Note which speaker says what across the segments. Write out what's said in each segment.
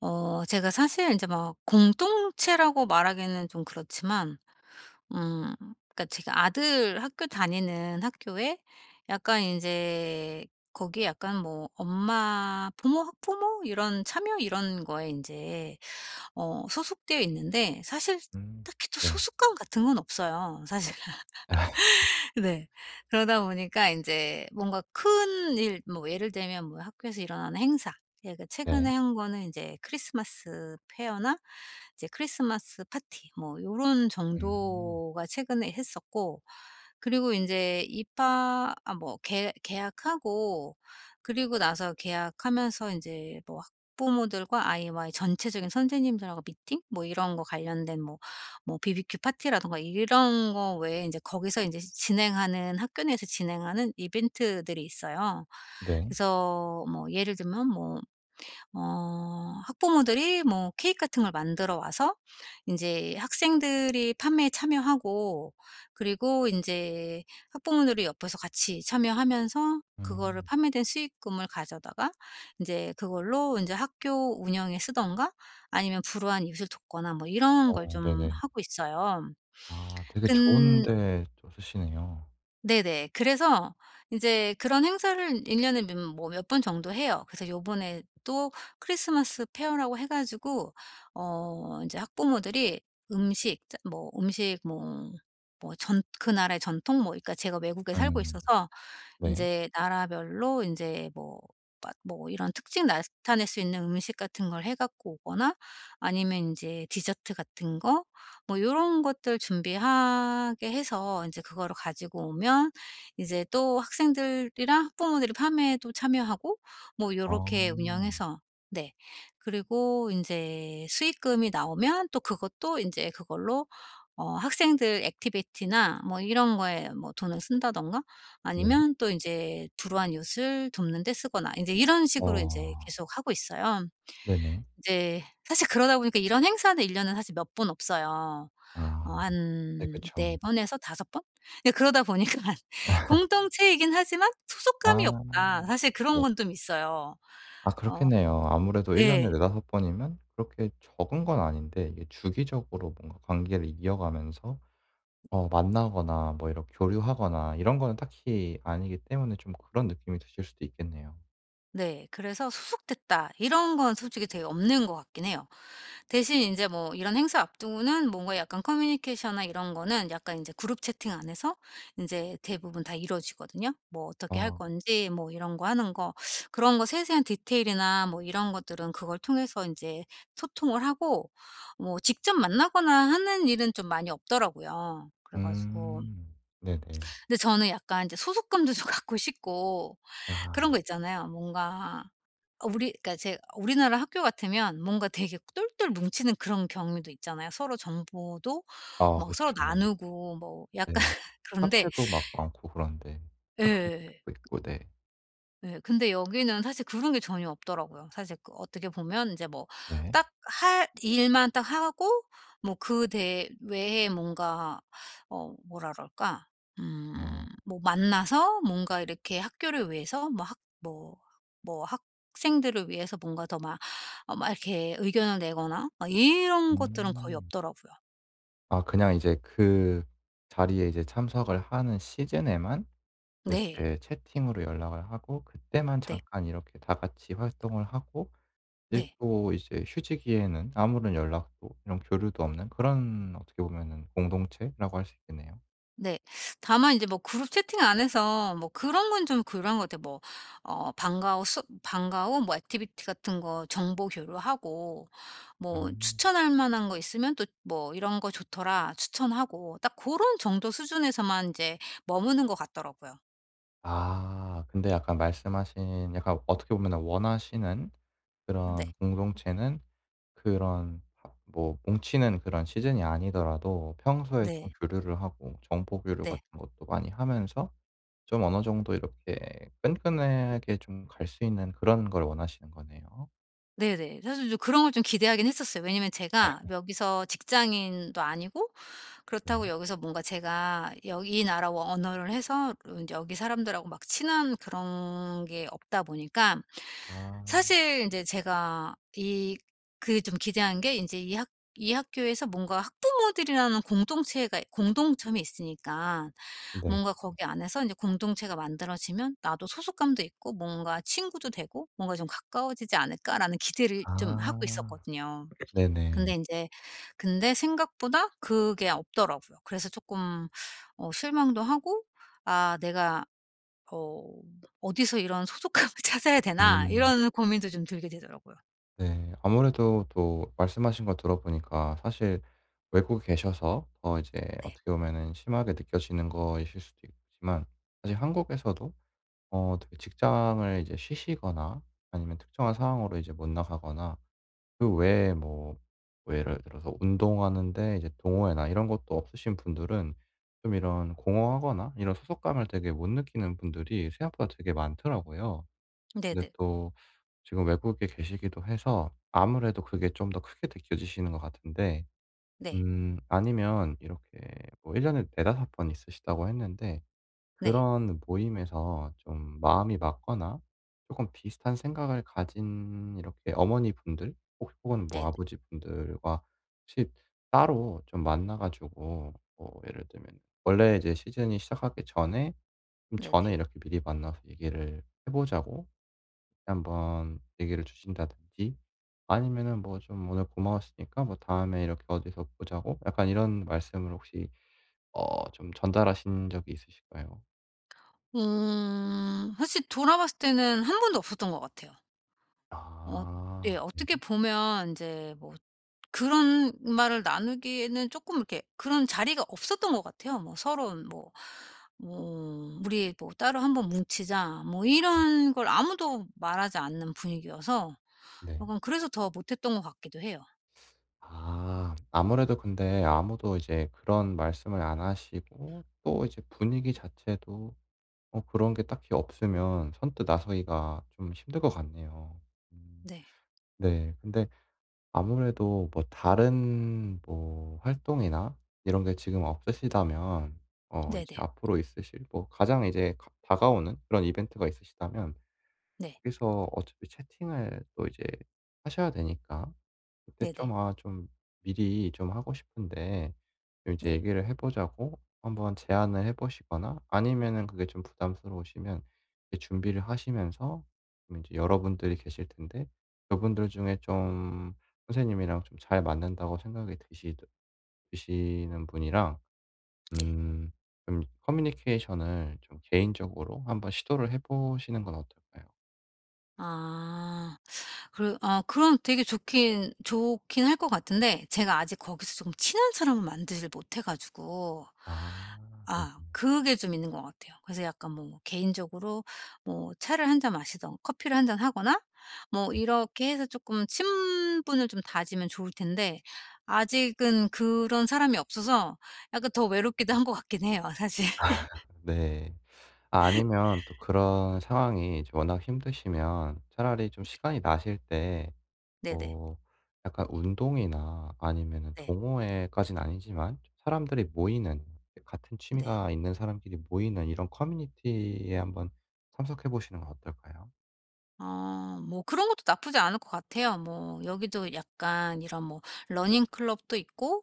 Speaker 1: 제가 사실 이제 막 공동체라고 말하기는 좀 그렇지만 음 그러니까 제가 아들 학교 다니는 학교에 약간 이제 거기에 약간 뭐 엄마 부모 학부모 이런 참여 이런 거에 이제 소속되어 있는데 사실
Speaker 2: 음.
Speaker 1: 딱히 또
Speaker 2: 네.
Speaker 1: 소속감 같은 건 없어요, 사실. 네. 그러다 보니까 인제 뭔가 큰 일, 뭐 예를 들면 뭐 학교에서 일어나는 행사, 얘가 최근에
Speaker 2: 네.
Speaker 1: 한 거는 인제 크리스마스 페어나 이제 크리스마스 파티 뭐 요런
Speaker 2: 음.
Speaker 1: 정도가 최근에 했었고, 그리고 인제 입학 아 뭐 개 개학하고 그리고 나서 개학하면서 인제 뭐 학부모들과 아이와의 전체적인 선생님들하고 미팅 뭐 이런 거 관련된 뭐 뭐 비비큐 파티라든가 이런 거 외에 이제 거기서 인제 진행하는, 학교 내에서 진행하는 이벤트들이 있어요.
Speaker 2: 네.
Speaker 1: 그래서 뭐 예를 들면 뭐 학부모들이 뭐 케이크 같은 걸 만들어 와서 이제 학생들이 판매에 참여하고, 그리고 이제 학부모들이 옆에서 같이 참여하면서 그거를
Speaker 2: 음.
Speaker 1: 판매된 수익금을 가져다가 이제 그걸로 이제 학교 운영에 쓰던가 아니면 불우한 이웃을 돕거나 뭐 이런 걸
Speaker 2: 어,
Speaker 1: 좀
Speaker 2: 네네.
Speaker 1: 하고 있어요.
Speaker 2: 아, 되게
Speaker 1: 근
Speaker 2: 좋은데 또 쓰시네요.
Speaker 1: 네네. 그래서 이제 그런 행사를 1 년에 몇 뭐 몇 번 정도 해요. 그래서 요번에 또 크리스마스 페어라고 해 가지고 이제 학부모들이 음식 짜 뭐 음식 뭐 뭐 전 그 나라의 전통 뭐, 그러니까 제가 외국에 살고
Speaker 2: 음.
Speaker 1: 있어서 이
Speaker 2: 네.
Speaker 1: 제 나라별로 이제 뭐 뭐 이런 특징 나타낼 수 있는 음식 같은 걸 해 갖고 오거나 아니면 이제 디저트 같은 거 뭐 요런 것들 준비하게 해서 이제 그거를 가지고 오면 이제 또 학생들이랑 학부모들이 판매에도 참여하고 뭐 요렇게
Speaker 2: 어.
Speaker 1: 운영해서. 네. 그리고 인제 수익금이 나오면 또 그것도 인제 그걸로 학생들 액티비티나 뭐 이런 거에 뭐 돈을 쓴다든가
Speaker 2: 네.
Speaker 1: 아니면 또 인제 불우한 이웃을 돕는 데 쓰거나 인제 이런 식으로 인제
Speaker 2: 어.
Speaker 1: 계속 하고 있어요.
Speaker 2: 네네.
Speaker 1: 이제 사실 그러다 보니까 이런 행사는 1 년에 사실 몇 번 없어요. 어
Speaker 2: 아.
Speaker 1: 한
Speaker 2: 네, 그쵸.
Speaker 1: 4 번에서 5 번? 예 그러다 보니까 공동체이긴 하지만 소속감이 없다,
Speaker 2: 아,
Speaker 1: 사실 그런
Speaker 2: 네.
Speaker 1: 건 좀 있어요.
Speaker 2: 아,
Speaker 1: 어
Speaker 2: 그렇겠네요. 아무래도 1 년에
Speaker 1: 예.
Speaker 2: 4-5 번이면 그렇게 적은 건 아닌데, 이게 주기적으로 뭔가 관계를 이어가면서 어 만나거나 뭐 이렇게 교류하거나 이런 거는 딱히 아니기 때문에 좀 그런 느낌이 드실 수도 있겠네요.
Speaker 1: 네. 그래서 '수속됐다.' 이런 건 솔직히 되게 없는 것 같긴 해요. 대신 이제 뭐 이런 행사 앞두고는 뭔가 약간 커뮤니케이션이나 이런 거는 약간 이제 그룹 채팅 안에서 이제 대부분 다 이루어지거든요. 뭐 어떻게 할
Speaker 2: 아.
Speaker 1: 건지 뭐 이런 거 하는 거, 그런 거 세세한 디테일이나 뭐 이런 것들은 그걸 통해서 이제 소통을 하고 뭐 직접 만나거나 하는 일은 좀 많이 없더라고요. 그래 가지고
Speaker 2: 음. 네네.
Speaker 1: 근데 저는 약간 이제 소속감도 좀 갖고 싶고 그런
Speaker 2: 아.
Speaker 1: 거 있잖아요. 뭔가 우리, 그러니까 제 우리나라 학교 같으면 뭔가 되게 똘똘 뭉치는 그런 경우도 있잖아요. 서로 정보도
Speaker 2: 아,
Speaker 1: 막 서로
Speaker 2: 그쵸.
Speaker 1: 나누고 뭐 약간
Speaker 2: 네.
Speaker 1: 그런데.
Speaker 2: 카페도 막 많고 그런데.
Speaker 1: 예.
Speaker 2: 카카오톡도 있고 네.
Speaker 1: 네, 근데 여기는 사실 그런 게 전혀 없더라고요. 사실 그 어떻게 보면 이제 뭐
Speaker 2: 네.
Speaker 1: 딱 할 일만 딱 하고 뭐 그 대 외에 뭔가 뭐라 그럴까? 음
Speaker 2: 어.
Speaker 1: 뭐 만나서 뭔가 이렇게 학교를 위해서 뭐 학 뭐 뭐 학생들을 위해서 뭔가 더 막 막 이렇게 의견을 내거나 막 이런 것들은 거의
Speaker 2: 음.
Speaker 1: 없더라고요.
Speaker 2: 아, 그냥 이제 그 자리에 이제 참석을 하는 시즌에만
Speaker 1: 네.
Speaker 2: 이렇게 채팅으로 연락을 하고, 그때만
Speaker 1: 네.
Speaker 2: 잠깐 이렇게 다 같이 활동을 하고 이제
Speaker 1: 네.
Speaker 2: 또 이제 휴지기에는 아무런 연락도 이런 교류도 없는, 그런 어떻게 보면은 공동체라고 할 수 있겠네요.
Speaker 1: 네. 다만 이제 뭐 그룹 채팅 안에서 뭐 그런 건 좀 그런 것 같아요. 뭐 방과 후 뭐 액티비티 같은 거 정보 교류하고 뭐
Speaker 2: 음.
Speaker 1: 추천할 만한 거 있으면 또 뭐 "이런 거 좋더라." 추천하고 딱 고런 정도 수준에서만 이제 머무는 것 같더라고요.
Speaker 2: 아, 근데 약간 말씀하신, 약간 어떻게 보면 원하시는
Speaker 1: 네.
Speaker 2: 그런 공동체는, 그런 하 뭐 뭉치는 그런 시즌이 아니더라도 평소에 좀
Speaker 1: 네.
Speaker 2: 교류를 하고 정보 교류
Speaker 1: 네.
Speaker 2: 같은 것도 많이 하면서 좀 어느 정도 이렇게 끈끈하게 좀 갈 수 있는 그런 걸 원하시는 거네요.
Speaker 1: 네네. 사실 좀 그런 걸 좀 기대하긴 했었어요. 왜냐면 제가 여기서 직장인도 아니고,
Speaker 2: 네.
Speaker 1: 그렇다고 여기서 뭔가 제가 여기 이 나라 와 언어를 해서 제 여기 사람들하고 막 친한 그런 게 없다 보니까
Speaker 2: 아.
Speaker 1: 사실 이제 제가 이 그 좀 기대한 게 이제 이 학교에서 뭔가 학부모들이라는 공동체가 공동점이 있으니까
Speaker 2: 네.
Speaker 1: 뭔가 거기 안에서 이제 공동체가 만들어지면 나도 소속감도 있고 뭔가 친구도 되고 뭔가 좀 가까워지지 않을까라는 기대를 좀 하고
Speaker 2: 아.
Speaker 1: 있었거든요.
Speaker 2: 네네.
Speaker 1: 근데 이제 근데 생각보다 그게 없더라고요. 그래서 조금 실망도 하고 '아 내가 어 어디서 이런 소속감을 찾아야 되나?'
Speaker 2: 음.
Speaker 1: 이런 고민도 좀 들게 되더라고요.
Speaker 2: 네. 아무래도 또 말씀하신 거 들어보니까, 사실 외국에 계셔서 더 이제
Speaker 1: 네.
Speaker 2: 어떻게 보면은 심하게 느껴지는 거이실 수도 있지만, 사실 한국에서도 어 되게 직장을 이제 쉬시거나 아니면 특정한 상황으로 이제 못 나가거나 그 외에 뭐 예를 들어서 운동하는데 이제 동호회나 이런 것도 없으신 분들은 좀 이런 공허하거나 이런 소속감을 되게 못 느끼는 분들이 생각보다 되게 많더라고요. 근데
Speaker 1: 네네.
Speaker 2: 또 지금 외국에 계시기도 해서 아무래도 그게 좀 더 크게 느껴지시는 것 같은데,
Speaker 1: 네.
Speaker 2: 아니면 이렇게 뭐 1 년에 4-5번 있으시다고 했는데,
Speaker 1: 네.
Speaker 2: 그런 모임에서 좀 마음이 맞거나 조금 비슷한 생각을 가진 이렇게 어머니분들 혹 혹은 뭐
Speaker 1: 네.
Speaker 2: 아버지분들과 혹시 따로 좀 만나 가지고, 뭐 예를 들면 원래 이제 시즌이 시작하기 전에, 좀 전에
Speaker 1: 네네.
Speaker 2: 이렇게 미리 만나서 얘기를 해 보자고 한번 얘기를 주신다든지, 아니면은 뭐 "좀 오늘 고마웠으니까 뭐 다음에 이렇게 어디서 보자고." 약간 이런 말씀을 혹시 어 좀 전달하신 적이 있으실까요?
Speaker 1: 사실 돌아봤을 때는 한 번도 없었던 것 같아요. 어 예
Speaker 2: 아. 네.
Speaker 1: 어떻게 보면 이제뭐 그런 말을 나누기에는 조금 이렇게 그런 자리가 없었던 것 같아요. 뭐 서로 뭐 뭐 "우리 뭐 따로 한번 뭉치자." 뭐
Speaker 2: 음,
Speaker 1: 이런 걸 아무도 말하지 않는 분위기여서
Speaker 2: 네.
Speaker 1: 약간 그래서 더 못했던 것 같기도 해요.
Speaker 2: 아. 아무래도 근데 아무도 이제 그런 말씀을 안 하시고 또 이제 분위기 자체도 어 그런 게 딱히 없으면, 선뜻 나서기가 좀 힘들 것 같네요. 음.
Speaker 1: 네.
Speaker 2: 네. 근데 아무래도 뭐 다른 뭐 활동이나 이런 게 지금 없으시다면, 어 이제
Speaker 1: 네네.
Speaker 2: 앞으로 있으실 뭐 가장 이제 가 다가오는 그런 이벤트가 있으시다면
Speaker 1: 네.
Speaker 2: 거기서 어차피 채팅을 또 이제 하셔야 되니까, 그때
Speaker 1: 네네.
Speaker 2: 좀 아 좀 미리 좀 하고 싶은데 좀 이제
Speaker 1: 네.
Speaker 2: 얘기를 해 보자고 한번 제안을 해 보시거나, 아니면은 그게 좀 부담스러우시면 이제 준비를 하시면서 좀 이제 여러분들이 계실 텐데, 그분들 중에 좀 선생님이랑 좀 잘 맞는다고 생각이 드시는 분이랑
Speaker 1: 네.
Speaker 2: 음 좀 커뮤니케이션을 좀 개인적으로 한번 시도를 해 보시는 건 어떨까요?
Speaker 1: 아. 그래 아 그럼 되게 좋긴 할 것 같은데 제가 아직 거기서 좀 친한 사람을 만들질 못해 가지고
Speaker 2: 아,
Speaker 1: 아
Speaker 2: 네네네.
Speaker 1: 그게 좀 있는 것 같아요. 그래서 약간 뭐 뭐 개인적으로 뭐 차를 한 잔 마시던 커피를 한 잔 하거나 뭐 이렇게 해서 조금 친분을 좀 다지면 좋을 텐데 아직은 그런 사람이 없어서 약간 더 외롭기도 한 것 같긴 해요, 사실.
Speaker 2: 네. 아, 아니면 또 그런 상황이 이제 워낙 힘드시면 차라리 좀 시간이 나실 때
Speaker 1: 네네.
Speaker 2: 뭐 약간 운동이나 아니면은
Speaker 1: 네.
Speaker 2: 동호회까지는 아니지만 사람들이 모이는, 같은
Speaker 1: 네.
Speaker 2: 취미가 있는 사람끼리 모이는 이런 커뮤니티에 한번 참석해 보시는 건 어떨까요?
Speaker 1: 아 뭐 그런 것도 나쁘지 않을 것 같아요. 뭐 여기도 약간 이런 뭐 러닝 클럽도 있고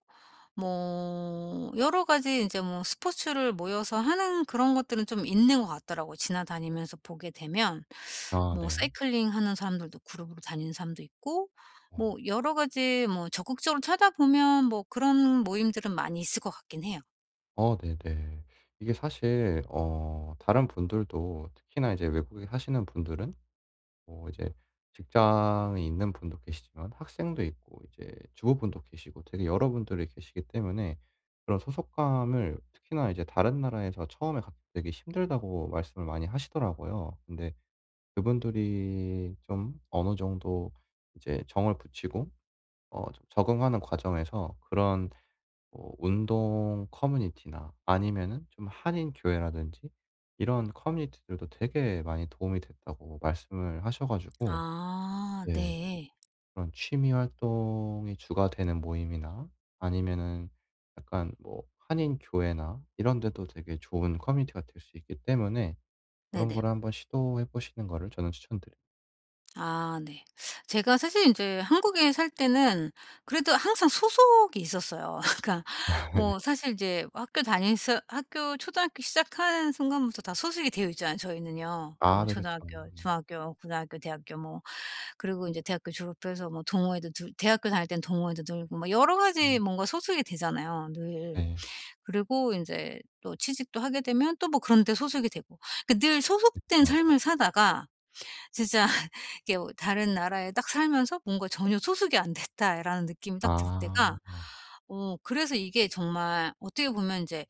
Speaker 1: 뭐 여러 가지 이제 뭐 스포츠를 모여서 하는 그런 것들은 좀 있는 것 같더라고요. 지나다니면서 보게 되면
Speaker 2: 아,
Speaker 1: 뭐
Speaker 2: 네.
Speaker 1: 사이클링하는 사람들도 그룹으로 다니는 사람도 있고
Speaker 2: 어.
Speaker 1: 뭐 여러 가지 뭐 적극적으로 찾아보면 뭐 그런 모임들은 많이 있을 것 같긴 해요.
Speaker 2: 어, 네네. 이게 사실 어 다른 분들도 특히나 이제 외국에 사시는 분들은 뭐 이제 직장이 있는 분도 계시지만 학생도 있고 이제 주부분도 계시고 되게 여러분들이 계시기 때문에, 그런 소속감을 특히나 이제 다른 나라에서 처음에 갖기 되게 힘들다고 말씀을 많이 하시더라고요. 근데 그분들이 좀 어느 정도 이제 정을 붙이고 어 좀 적응하는 과정에서 그런 뭐 운동 커뮤니티나 아니면은 좀 한인 교회라든지 이런 커뮤니티들도 되게 많이 도움이 됐다고 말씀을 하셔 가지고,
Speaker 1: 아
Speaker 2: 네.
Speaker 1: 네.
Speaker 2: 그런 취미 활동이 주가 되는 모임이나 아니면은 약간 뭐 한인 교회나 이런 데도 되게 좋은 커뮤니티가 될 수 있기 때문에, 그런
Speaker 1: 네네.
Speaker 2: 거를 한번 시도해 보시는 거를 저는 추천드립니다.
Speaker 1: 아 네. 제가 사실 이제 한국에 살 때는 그래도 항상 소속이 있었어요. 그러니까
Speaker 2: 네네.
Speaker 1: 뭐 사실 이제 학교 다닐서 학교 초등학교 시작하는 순간부터 다 소속이 되어 있잖아요, 저희는요. 그러니까
Speaker 2: 아,
Speaker 1: 뭐
Speaker 2: 네, 그쵸.
Speaker 1: 초등학교,
Speaker 2: 네.
Speaker 1: 중학교, 고등학교, 대학교 뭐. 그리고 이제 대학교 졸업해서 뭐 동호회도 들 대학교 다닐 땐 동호회도 들고 막 여러 가지
Speaker 2: 음,
Speaker 1: 뭔가 소속이 되잖아요, 늘.
Speaker 2: 네.
Speaker 1: 그리고 이제 또 취직도 하게 되면 또 뭐 그런 데 소속이 되고. 그 늘 소속된
Speaker 2: 그쵸.
Speaker 1: 삶을 사다가 진짜 이게 뭐 다른 나라에 딱 살면서 뭔가 전혀 소속이 안 됐다라는 느낌이 딱 들
Speaker 2: 아,
Speaker 1: 때가, 그래서 이게 정말 어떻게 보면 이제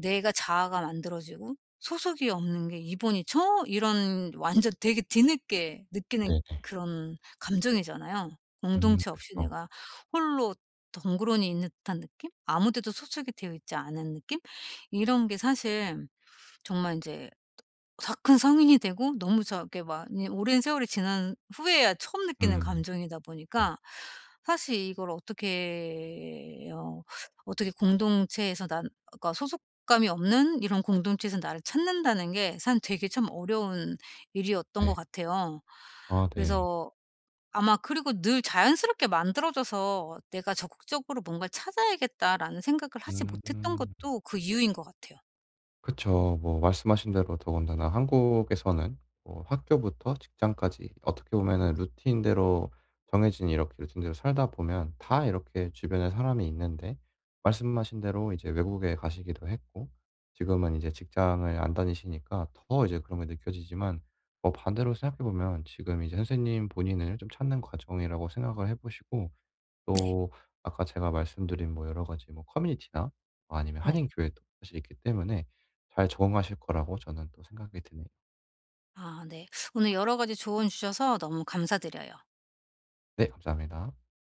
Speaker 1: 내가 자아가 만들어지고 소속이 없는 게 '이번이 처' 이런 완전 되게 뒤늦게 느끼는
Speaker 2: 네네.
Speaker 1: 그런 감정이잖아요.
Speaker 2: 음,
Speaker 1: 공동체 없이
Speaker 2: 그쵸.
Speaker 1: 내가 홀로 덩그러니 있는 듯한 느낌? 아무 데도 소속이 되어 있지 않은 느낌? 이런 게 사실 정말 이제 다 큰 성인이 되고 너무 저게 막 이 오랜 세월이 지난 후에야 처음 느끼는
Speaker 2: 음,
Speaker 1: 감정이다
Speaker 2: 네,
Speaker 1: 보니까 사실 이걸 어떻게 공동체에서 난 그러니까 소속감이 없는 이런 공동체에서 나를 찾는다는 게 참 되게 참 어려운 일이었던 것
Speaker 2: 네.
Speaker 1: 같아요.
Speaker 2: 아, 네.
Speaker 1: 그래서 아마 그리고 늘 자연스럽게 만들어져서 '내가 적극적으로 뭔가를 찾아야겠다.'라는 생각을 하지 못했던
Speaker 2: 음.
Speaker 1: 것도 그 이유인 것 같아요.
Speaker 2: 그쵸. 뭐 말씀하신 대로, 더군다나 한국에서는 뭐 학교부터 직장까지 어떻게 보면은 루틴대로, 정해진 이렇게 루틴대로 살다 보면 다 이렇게 주변에 사람이 있는데, 말씀하신 대로 이제 외국에 가시기도 했고 지금은 이제 직장을 안 다니시니까 더 이제 그런 게 느껴지지만, 뭐 반대로 생각해 보면 지금 이제 선생님 본인을 좀 찾는 과정이라고 생각을 해 보시고,
Speaker 1: 네.
Speaker 2: 또 아까 제가 말씀드린 뭐 여러 가지 뭐 커뮤니티나 뭐 아니면
Speaker 1: 네.
Speaker 2: 한인 교회도 사실 있기 때문에 잘 적응하실 거라고 저는 또 생각이 드네요.
Speaker 1: 아 네. 오늘 여러 가지 조언 주셔서 너무 감사드려요.
Speaker 2: 네, 감사합니다.